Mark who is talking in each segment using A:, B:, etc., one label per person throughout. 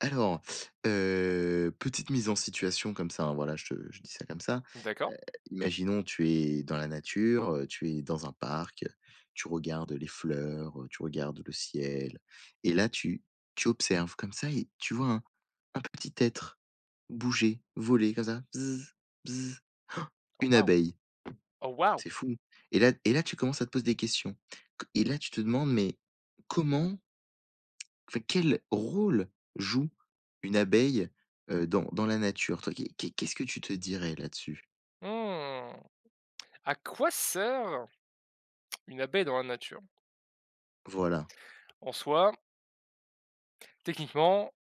A: Alors, petite mise en situation comme ça, hein, voilà, je dis ça comme ça.
B: D'accord.
A: Heu, Imaginons, tu es dans la nature, tu es dans un parc, tu regardes les fleurs, tu regardes le ciel et là, tu observes comme ça et tu vois un petit être bouger, voler comme ça, bzz, bzz. Oh, une
B: Waouh!
A: abeille,
B: Oh waouh!
A: c'est fou et là, tu commences à te poser des questions. Et là, tu te demandes: «Mais comment enfin, quel rôle joue une abeille, dans la nature? Toi, qu'est-ce que tu te dirais là-dessus?
B: Mmh. À quoi sert une abeille dans la nature?
A: Voilà,
B: En soi, techniquement,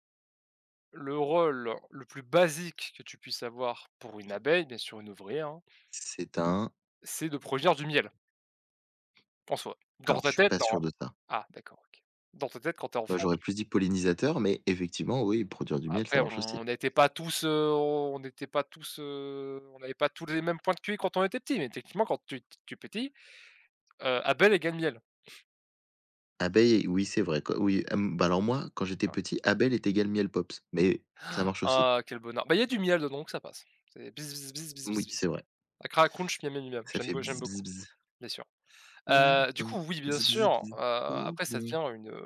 B: le rôle le plus basique que tu puisses avoir pour une abeille, bien sûr une ouvrière, hein,
A: c'est un
B: c'est de produire du miel, en soi. Dans
A: alors
B: ta
A: je suis
B: tête,
A: pas
B: non,
A: sûr
B: hein?
A: de ça.
B: Ah d'accord, OK. Dans ta tête quand t'es
A: Moi,
B: enfant,
A: j'aurais
B: tu
A: plus dit pollinisateur, mais effectivement, oui, produire du miel,
B: après
A: ça marche aussi.
B: on n'avait pas tous les mêmes points de QI quand on était petit, mais techniquement quand tu es petit, abeille égale miel.
A: Abeille, oui, c'est vrai quoi, oui, bah, alors moi, quand j'étais petit, abeille est égal miel pops, mais ça marche aussi.
B: Ah, quel bonheur. Bah, il y a du miel dedans, donc ça passe. C'est bis bis bis bis bis
A: Oui,
B: bis.
A: c'est vrai.
B: Cracra crunch, miam miam miam.
A: Ça fait
B: J'aime
A: bzz,
B: beaucoup,
A: bzz, bzz,
B: bien sûr.
A: miel
B: Du coup,
A: pops,
B: oui,
A: bzz,
B: bien
A: bzz,
B: sûr,
A: bzz, trop
B: après ça
A: bon.
B: devient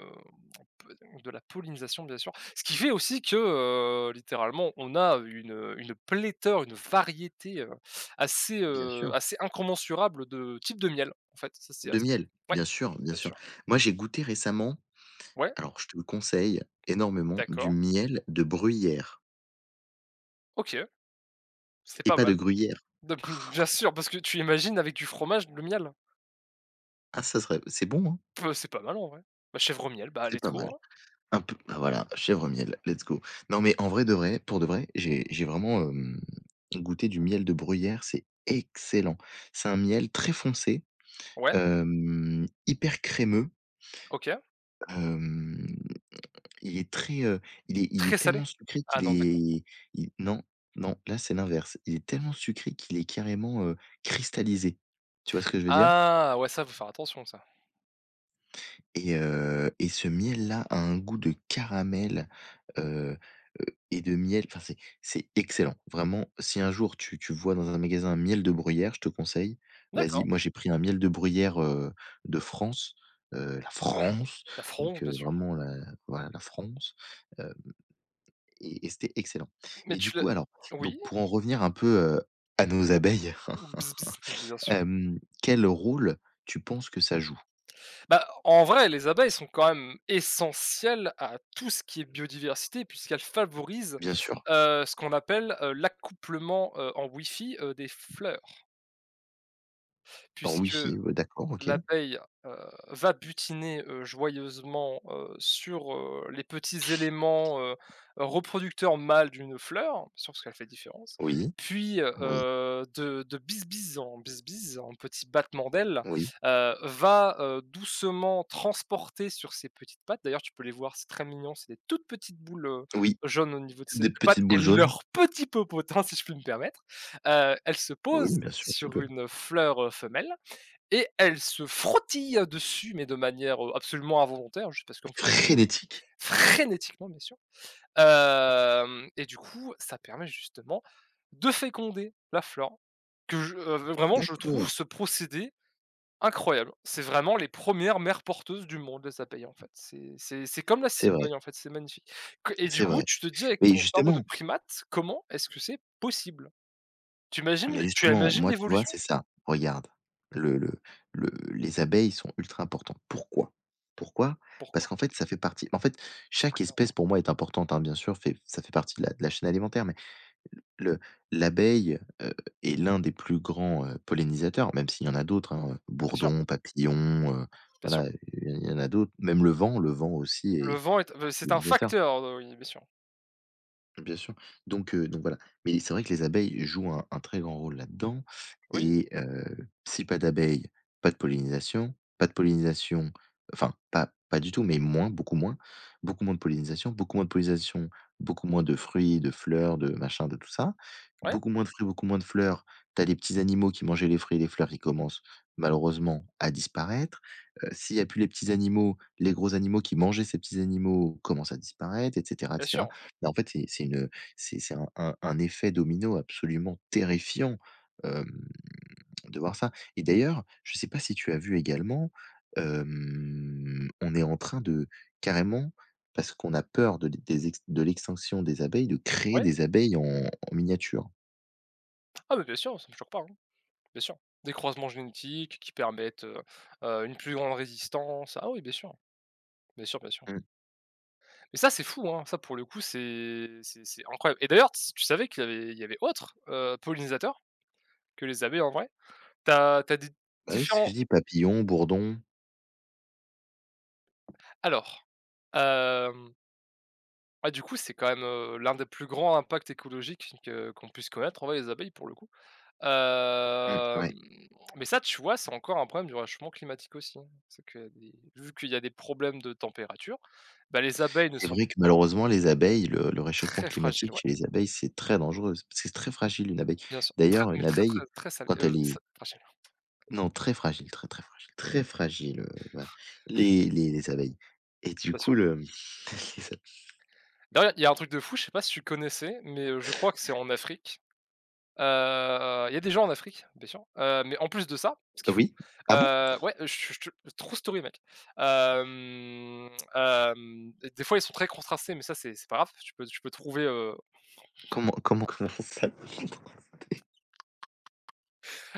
B: de la pollinisation, bien sûr. Ce qui fait aussi que, littéralement, on a une pléthore, une variété,
A: Bien sûr,
B: assez incommensurable de types de miel, en fait. Ça, c'est
A: de
B: assez
A: miel,
B: ouais,
A: bien sûr, bien
B: bien
A: sûr.
B: sûr.
A: Moi, j'ai goûté récemment
B: Ouais,
A: Alors, je te le conseille énormément, du
B: d'accord.
A: miel de bruyère
B: OK, c'est
A: et
B: pas
A: pas
B: mal.
A: de gruyère.
B: Bien sûr, parce que tu imagines avec du fromage, le miel?
A: Ah ça serait c'est bon, hein?
B: C'est pas mal en vrai. Bah, chèvre au miel, bah,
A: C'est
B: let's
A: pas
B: go,
A: mal.
B: hein.
A: Un peu ah voilà, chèvre miel, let's go. Non mais en vrai de vrai, pour de vrai, j'ai vraiment, goûté du miel de bruyère, c'est excellent. C'est un miel très foncé,
B: Ouais,
A: hyper crémeux,
B: OK.
A: hem, il est très, il est il
B: Très
A: est
B: salé?
A: tellement sucré
B: Ah
A: qu'il
B: non, d'accord.
A: est il non, non, là c'est l'inverse. Il est tellement sucré qu'il est carrément, cristallisé. Tu vois ce que je veux dire?
B: Ah ouais, ça, faut faire attention ça.
A: Et ce miel-là a un goût de caramel, heu heu et de miel, enfin, c'est excellent. Vraiment, si un jour tu vois dans un magasin un miel de bruyère, je te conseille, vas-y.
B: D'accord,
A: Moi, j'ai pris un miel de bruyère, de France, la France,
B: la France,
A: donc
B: bien sûr.
A: vraiment la voilà, la France, heu et c'était excellent.
B: Mais
A: Mais du
B: tu l'as
A: coup, alors, donc
B: oui?
A: pour en revenir un peu, heu, à nos abeilles,
B: Bz bz, bien sûr.
A: quel rôle tu penses que ça joue?
B: Bah, en vrai, les abeilles sont quand même essentielles à tout ce qui est biodiversité puisqu'elles favorisent,
A: Bien sûr.
B: ce qu'on appelle, l'accouplement, en wifi, des fleurs
A: En
B: puisque
A: Wi-Fi, d'accord, OK.
B: l'abeille, heu, va butiner, joyeusement, sur, les petits éléments, reproducteurs mâles d'une fleur, sur ce qu'elle fait différence,
A: Oui.
B: puis,
A: Oui,
B: de bisbise en bisbise, en petits battements d'ailes,
A: oui,
B: va, doucement transporter sur ses petites pattes d'ailleurs tu peux les voir, c'est très mignon, c'est des toutes petites boules,
A: oui,
B: jaunes au niveau de ses
A: des
B: pattes
A: petites
B: et
A: boules jaunes.
B: leur petit popotin si je puis me permettre, elle se
A: Oui,
B: pose
A: bien sûr, tu
B: sur
A: peux.
B: une fleur, femelle et elle se frottille dessus, mais de manière, absolument involontaire, juste parce qu'en fait, elle bouge
A: Frénétique.
B: frénétiquement, bien sûr. Hem Et du coup, ça permet justement de féconder la flore que je vraiment, je
A: D'accord.
B: trouve ce procédé incroyable. C'est vraiment les premières mères porteuses du monde, les abeilles, en fait. C'est comme la
A: C'est vrai,
B: cigogne, en fait, c'est magnifique. Que Et du
A: c'est
B: coup,
A: vrai.
B: tu te dis avec
A: Mais
B: ton cerveau de
A: justement
B: primate, comment est-ce que c'est possible? Tu
A: mais
B: imagines tu
A: justement,
B: imagines
A: moi, tu vois,
B: l'évolution?
A: c'est ça. Regarde, le le le les abeilles sont ultra importantes. Pourquoi? Pourquoi? Parce
B: Pourquoi?
A: qu'en fait, ça fait partie en fait,
B: C'est
A: chaque
B: primordial.
A: espèce pour moi est importante, hein, bien sûr, fait ça fait partie de la chaîne alimentaire, mais Le l'abeille, est l'un des plus grands, pollinisateurs, même s'il y en a d'autres, hein,
B: Bien sûr,
A: bourdons, papillons,
B: bien sûr.
A: voilà, il y en a d'autres. Même le vent aussi
B: Le
A: est
B: vent est c'est un
A: pollinisateur.
B: facteur, oui, bien sûr.
A: Bien sûr. Donc voilà. Mais c'est vrai que les abeilles jouent un très grand rôle là-dedans
B: Oui,
A: et si pas d'abeilles, pas de pollinisation, pas de pollinisation, enfin pas du tout, mais moins, beaucoup moins, beaucoup moins de pollinisation, beaucoup moins de pollinisation, beaucoup moins de fruits, de fleurs, de machin, de tout ça,
B: ouais,
A: beaucoup moins de fruits, beaucoup moins de fleurs. T'as les petits animaux qui mangeaient les fruits et les fleurs qui commencent malheureusement à disparaître. S'il y a plus les petits animaux, les gros animaux qui mangeaient ces petits animaux commencent à disparaître et cetera et
B: bien
A: cetera.
B: sûr,
A: Bah, en fait, c'est un effet domino absolument terrifiant, hem, de voir ça et d'ailleurs, je ne sais pas si tu as vu également, on est en train de carrément, parce qu'on a peur de l'extinction des abeilles, de créer
B: ouais.
A: des abeilles en en miniature.
B: Ah, mais bien sûr, ça me choque pas, hein, bien sûr. Des croisements génétiques qui permettent, une plus grande résistance. Ah oui, bien sûr, bien sûr, bien sûr.
A: Mmh.
B: Mais ça, c'est fou, hein, ça, pour le coup, c'est incroyable et d'ailleurs, tu savais qu'il y avait autre, pollinisateurs que les abeilles, en vrai? Tu as des
A: Bah, oui, c'est ce que je
B: différents
A: dis, papillon, bourdon.
B: alors, hem, ah, du coup, c'est quand même, l'un des plus grands impacts écologiques que qu'on puisse connaître, en vrai, les abeilles, pour le coup.
A: Mmh,
B: Hem,
A: ouais.
B: mais ça, tu vois, c'est encore un problème du réchauffement climatique aussi, hein. C'est que des vu qu'il y a des problèmes de température, bah, les abeilles ne
A: C'est
B: sont
A: vrai que malheureusement les abeilles, le réchauffement
B: très fragiles,
A: climatique
B: ouais,
A: chez les abeilles, c'est très dangereux, parce que c'est très fragile une abeille.
B: bien sûr, très,
A: D'ailleurs,
B: mais
A: une
B: très, très,
A: abeille,
B: très salées,
A: quand elle
B: sa
A: est
B: fragiles,
A: Non, très fragile, Joanne. Les abeilles et du
B: bien sûr.
A: coup le les abe
B: D'ailleurs, il y a un truc de fou, je sais pas si tu connaissais, mais je crois que c'est en Afrique. Heu, il y a des gens en Afrique, bien sûr, mais en plus de ça, ce qu'ils font,
A: oui? Ah bon?
B: ouais, je te true story, mec. Hem, des fois, ils sont très contrastés, mais ça, c'est pas grave, tu peux trouver,
A: Comment comment ça?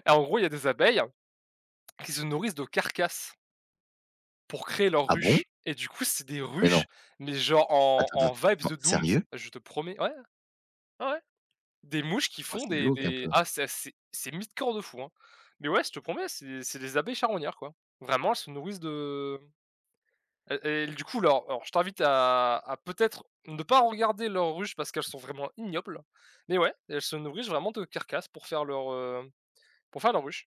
B: Et en gros, il y a des abeilles qui se nourrissent de carcasses pour créer leurs
A: Ah bon?
B: ruches. Et du coup, c'est des
A: Mais non.
B: ruches, mais genre
A: Attends, attends,
B: en vibes
A: non,
B: de Dooms,
A: sérieux?
B: je te promets. Ouais, ouais, ouais. Des mouches qui
A: Oh,
B: font
A: c'est
B: des.
A: glauque un
B: des...
A: peu.
B: Ah, c'est mythe-corps de fou. Hein. Mais ouais, je te promets, c'est des abeilles charognards, quoi. Vraiment, elles se nourrissent de. Et du coup, alors, je t'invite à peut-être ne pas regarder leurs ruches parce qu'elles sont vraiment ignobles. Mais ouais, elles se nourrissent vraiment de carcasses pour faire leur ruche.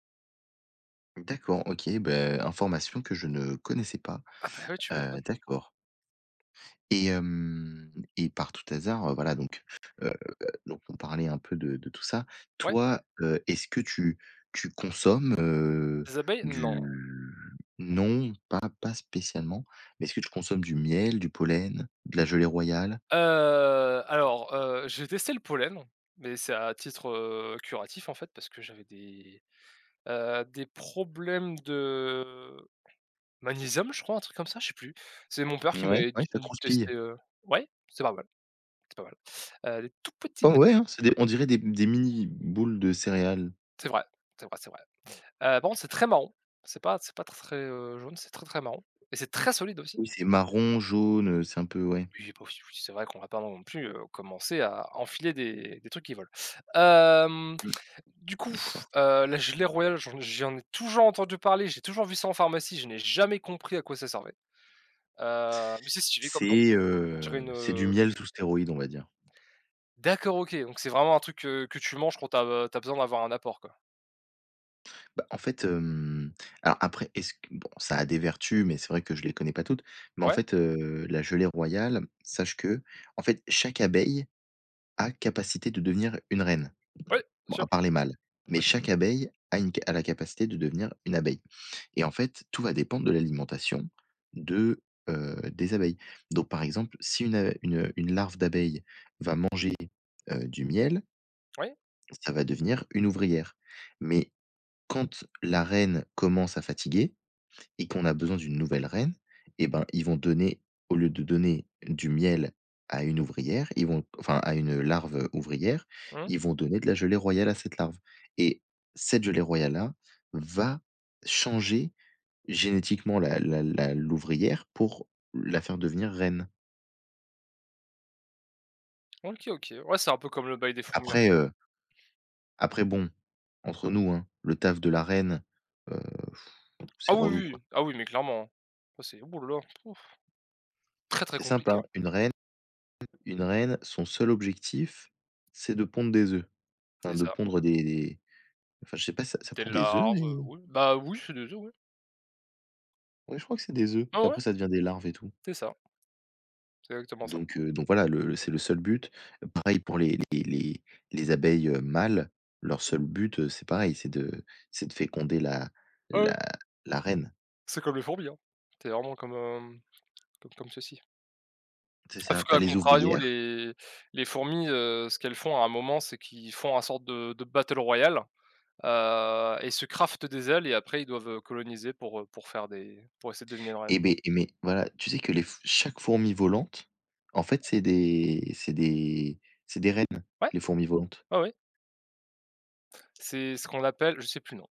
A: D'accord, OK, ben information que je ne connaissais pas,
B: Ah bah ouais, tu m'étonnes.
A: d'accord. Et hem et par tout hasard, voilà heu, donc on parlait un peu de tout ça.
B: Ouais,
A: Toi, est-ce que tu consommes,
B: des abeilles Non.
A: du non, pas spécialement, mais est-ce que tu consommes du miel, du pollen, de la gelée royale?
B: Heu, alors, j'ai testé le pollen, mais c'est à titre, curatif en fait parce que j'avais des problèmes de magnésium je crois, un truc comme ça, je sais plus. C'est mon père qui
A: Ouais,
B: m'avait
A: ouais,
B: dit
A: ça
B: de
A: croustille.
B: tester, ouais, c'est pas mal, c'est pas mal. Des tout petits mia
A: Pas ouais, hein, c'est des on dirait des mini boules de céréales.
B: c'est vrai, c'est vrai, c'est vrai. Par contre c'est très marron, c'est pas très, jaune, c'est très, très marron et c'est très solide aussi.
A: Oui, c'est marron, jaune, c'est un peu ouais.
B: Oui, j'ai pas oui, c'est vrai qu'on va pas non plus, commencer à enfiler des trucs qui volent. Hem,
A: Mmh,
B: du coup,
A: d'accord.
B: la gelée royale, j'en ai toujours entendu parler, j'ai toujours vu ça en pharmacie, je n'ai jamais compris à quoi ça servait. Mais c'est stylé comme nom, on dirait une,
A: C'est du
B: heu
A: miel sous stéroïdes, on va dire.
B: D'accord, OK, donc c'est vraiment un truc, que tu manges quand t'as as, besoin d'avoir un apport, quoi.
A: Bah, en fait, alors après, est-ce que bon, ça a des vertus, mais c'est vrai que je les connais pas toutes. Mais en
B: Ouais,
A: fait, la gelée royale, sache que en fait, chaque abeille a capacité de devenir une reine.
B: ouais,
A: Bon, à part les mâles, mais
B: bien sûr,
A: chaque abeille a une ca a la capacité de devenir une abeille. Et en fait, tout va dépendre de l'alimentation de, des abeilles. Donc par exemple, si une a une, une larve d'abeille va manger, du miel,
B: oui,
A: ça va devenir une ouvrière. Mais quand la reine commence à fatiguer et qu'on a besoin d'une nouvelle reine, eh ben, ils vont donner au lieu de donner du miel à une ouvrière, ils vont enfin à une larve, ouvrière,
B: mmh,
A: ils vont donner de la gelée royale à cette larve et cette gelée royale-là va changer génétiquement la l'ouvrière pour la faire devenir reine.
B: OK, OK. Ouais, c'est un peu comme le bail des fourmis, en fait.
A: Après, après bon, entre nous, hein, le taf de la reine, heu,
B: Ah
A: c'est
B: oui,
A: relou,
B: oui,
A: quoi.
B: oui, ah oui, mais clairement, hein. Ça c'est ouh là là, Ouf. Très, très
A: C'est simple,
B: compliqué,
A: hein,
B: hein.
A: Une reine, son seul objectif, c'est de pondre des œufs.
B: C'est
A: Enfin de
B: ça.
A: pondre des enfin je sais pas, ça ça
B: Des
A: pond des œufs
B: larves,
A: les
B: oui. Bah, oui, c'est des œufs, ouais.
A: ouais je crois que c'est des œufs
B: Ouais,
A: et
B: ouais,
A: après ça devient des larves et tout.
B: c'est ça, c'est exactement ça.
A: Donc voilà, c'est le seul but. Pareil pour les les abeilles, mâles, leur seul but, c'est pareil, c'est de féconder la
B: Ah ouais,
A: la la reine.
B: c'est comme les fourmis, hein. C'est vraiment comme, comme ceci.
A: C'est
B: Sauf
A: ça, t'as
B: qu'à
A: les
B: contrario,
A: ouvrières
B: les fourmis, ce qu'elles font à un moment, c'est qu'ils font un sorte de battle royale, et se craftent des ailes et après ils doivent, coloniser pour faire des pour essayer de devenir une reine.
A: et ben, et mais voilà, tu sais que les f chaque fourmi volante, en fait, c'est des reines,
B: Ouais,
A: les fourmis volantes.
B: ouais, ouais. C'est ce qu'on appelle je sais plus non.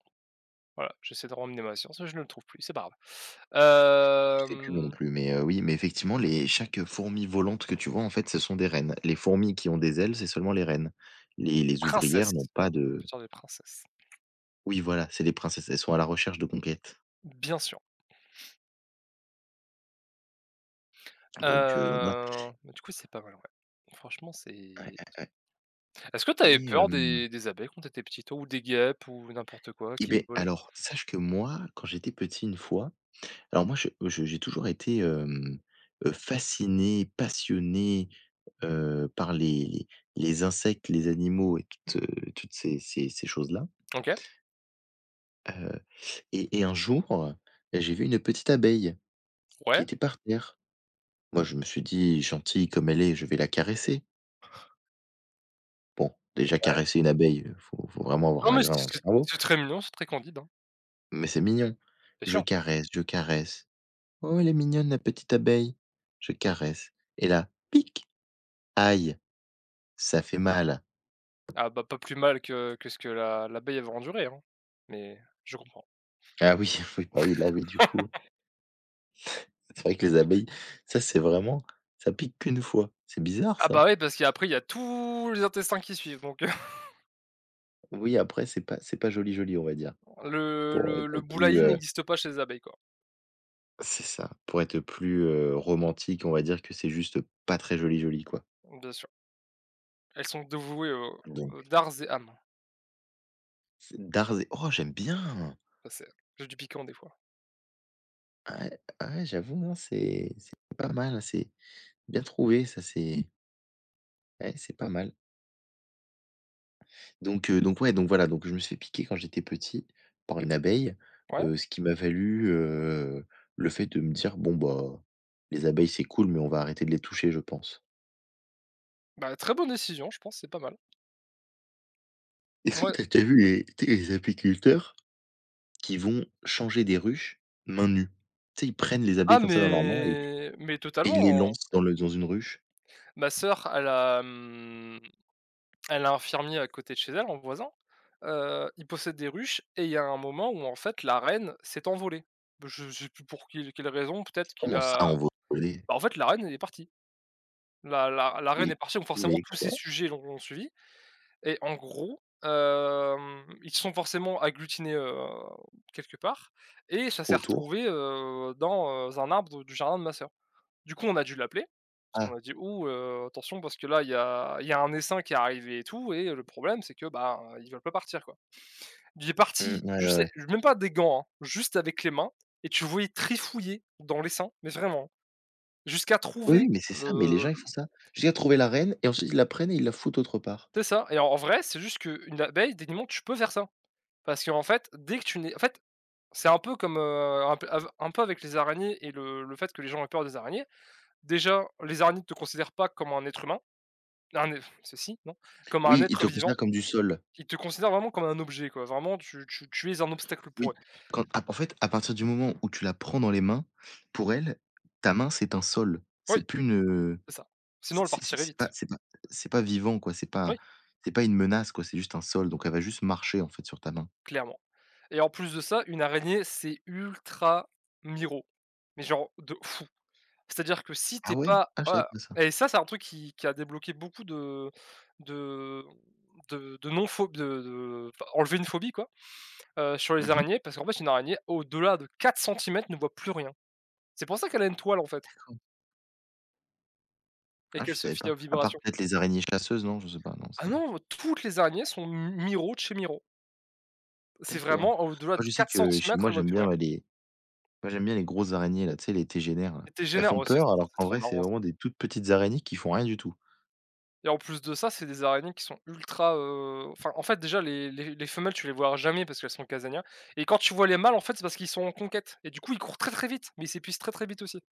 B: Voilà, j'essaie de ramener ma science, mais je ne le trouve plus, c'est pas grave.
A: Je sais plus moi non
B: Hem,
A: plus, mais oui, mais effectivement, les chaque, fourmi volante que tu vois, en fait, ce sont des reines. Les fourmis qui ont des ailes, c'est seulement les reines. Les
B: Princesse,
A: ouvrières n'ont pas
B: même,
A: de
B: sorte de princesse.
A: oui, voilà, c'est les princesses, elles sont à la recherche de conquêtes.
B: Bien sûr.
A: Donc voilà.
B: Bah, du coup, c'est pas mal, ouais. Franchement,
A: Ouais, ouais,
B: c'est
A: ouais
B: est-ce que t'avais
A: et
B: peur
A: hem
B: des abeilles quand t'étais petit, toi, ou des guêpes ou n'importe quoi
A: et
B: qui
A: ben
B: volaient?
A: alors, sache que moi, quand j'étais petit, une fois alors moi, je j'ai toujours été, fasciné, passionné, par les les insectes, les animaux et toutes, toutes ces ces choses-là,
B: OK,
A: et un jour, j'ai vu une petite abeille qui
B: ouais.
A: était par terre. Moi, je me suis dit: «Gentille comme elle est, je vais la caresser». Bon, déjà caresser une abeille, faut vraiment avoir
B: Non,
A: un
B: mais
A: grain dans le cerveau,
B: c'est très mignon, c'est très candide, hein,
A: mais c'est mignon.
B: bien
A: Je
B: sûr.
A: caresse, je caresse. «Oh, elle est mignonne la petite abeille». Je caresse et là, pic! Aïe, ça fait mal.
B: Ah bah, pas plus mal que ce que la l'abeille avait enduré hein, mais je comprends.
A: Ah oui, oui, bah, oui, là, oui, du coup, c'est vrai que les abeilles, ça, c'est vraiment ça pique qu'une fois. C'est bizarre
B: Ah
A: ça.
B: bah, ouais, parce qu'après il y a tous les intestins qui suivent donc
A: Oui, après, c'est pas joli, joli, on va dire, pour être
B: le
A: plus,
B: boulaï n'existe pas chez les abeilles, quoi.
A: c'est ça, pour être plus, romantique, on va dire que c'est juste pas très joli, joli, quoi.
B: Bien sûr. Elles sont dévouées aux
A: Donc
B: dards et âmes.
A: c'est Darzé. Oh, j'aime bien!
B: Ça, c'est j'ai du piquant des fois.
A: Ah ouais, ah ouais, j'avoue, hein, c'est pas mal, c'est bien trouvé, ça, c'est ouais, c'est pas mal. Donc ouais, donc voilà, donc je me suis fait piquer quand j'étais petit par une abeille,
B: Ouais,
A: ce qui m'a valu, le fait de me dire: «Bon, bah, les abeilles, c'est cool, mais on va arrêter de les toucher, je pense».
B: bah, très bonne décision, je pense, c'est pas mal.
A: Est-ce que
B: Moi
A: t'as déjà vu les tu sais, les apiculteurs? Qui vont changer des ruches main nue. Tu sais, ils prennent les
B: Ah
A: abeilles comme ça dans leurs mains et
B: mais
A: ils
B: totalement,
A: les
B: hein.
A: lancent dans une ruche.
B: Ma sœur, elle a, un fermier à côté de chez elle, en voisin. Il possède des ruches et il y a un moment où, en fait, la reine s'est envolée. Je sais plus pour quelle raison, peut-être qu'il
A: «Comment ça
B: a.
A: on va voler?
B: Bah, en fait, la reine, elle est partie. La reine
A: Mais
B: est partie, donc forcément tous ces
A: quoi?
B: sujets l'ont suivie et en gros, ils se sont forcément agglutinés, quelque part et ça s'est
A: Autour?
B: retrouvé, dans, un arbre du jardin de ma sœur. Du coup, on a dû l'appeler, parce
A: Ah,
B: qu'on a dit: «Ouh, attention parce que là, il y a un essaim qui est arrivé et tout et le problème c'est que, bah, ils veulent pas partir, quoi». Il est
A: mmh,
B: parti
A: ouais, ouais,
B: juste
A: ouais.
B: même pas des gants, hein, juste avec les mains et tu le voyais trifouiller dans l'essaim, mais vraiment, jusqu'à
A: Oui,
B: trouver
A: oui, mais c'est ça, mais les
B: le
A: gens ils font ça. Jusqu'à trouver la reine et ensuite ils la prennent et ils la foutent autre part.
B: c'est ça et en vrai, c'est juste qu'une abeille, techniquement, tu peux faire ça. Parce qu'en fait, dès que tu n'es en fait, c'est un peu comme, un p av un peu avec les araignées et le fait que les gens aient peur des araignées. Déjà, les araignées ne te considèrent pas comme un être humain, un é ceci, non, comme un
A: Oui, ils
B: être
A: te considèrent
B: vivant,
A: comme du sol.
B: ils te considèrent vraiment comme un objet, quoi. Vraiment, tu es un obstacle pour
A: Oui,
B: eux.
A: quand à en fait, à partir du moment où tu la prends dans les mains, pour elle, ta main c'est un sol.
B: Oui,
A: C'est plus une,
B: c'est ça. Sinon, elle partirait
A: C'est pas
B: vite.
A: c'est pas c'est pas vivant, quoi,
B: Oui,
A: c'est pas une menace, quoi, c'est juste un sol, donc elle va juste marcher, en fait, sur ta main.
B: clairement et en plus de ça, une araignée, c'est ultra miro, mais genre de ouf. C'est-à-dire que si
A: Ah
B: t'es
A: ouais?
B: pas
A: Ah, je savais
B: voilà
A: pas ça.
B: et ça, c'est un truc qui a débloqué beaucoup de de non phobie, de enfin, enlever une phobie, quoi, sur les
A: Mmh.
B: araignées parce qu'en fait, une araignée, au-delà de 4 cm, ne voit plus rien. C'est pour ça qu'elle a une toile, en fait
A: D'accord.
B: et
A: Ah,
B: qu'elle
A: je
B: se
A: savais
B: fie
A: pas.
B: aux
A: À part
B: vibrations.
A: peut-être les araignées chasseuses, non? Je sais pas, non,
B: Ah
A: si?
B: non, toutes les araignées sont Miro de chez Miro. C'est
A: D'accord.
B: vraiment au-delà
A: Moi,
B: de
A: je sais
B: 4
A: que chez
B: centimètres,
A: moi,
B: elle voit
A: j'aime
B: plus
A: bien,
B: rien.
A: ouais, les moi, j'aime bien les grosses araignées, là, tu sais, les tégénères, là.
B: Et tu
A: Elles
B: génère
A: font
B: ouais,
A: peur alors
B: c'est
A: qu'en
B: trop
A: vrai, c'est
B: marrant ça.
A: vraiment des toutes petites araignées qui font rien du tout.
B: Et en plus de ça, c'est des araignées qui sont ultra, enfin, en fait, déjà les femelles, tu les vois jamais parce qu'elles sont casanières et quand tu vois les mâles, en fait, c'est parce qu'ils sont en conquête et du coup, ils courent très, très vite, mais ils s'épuisent très, très vite aussi.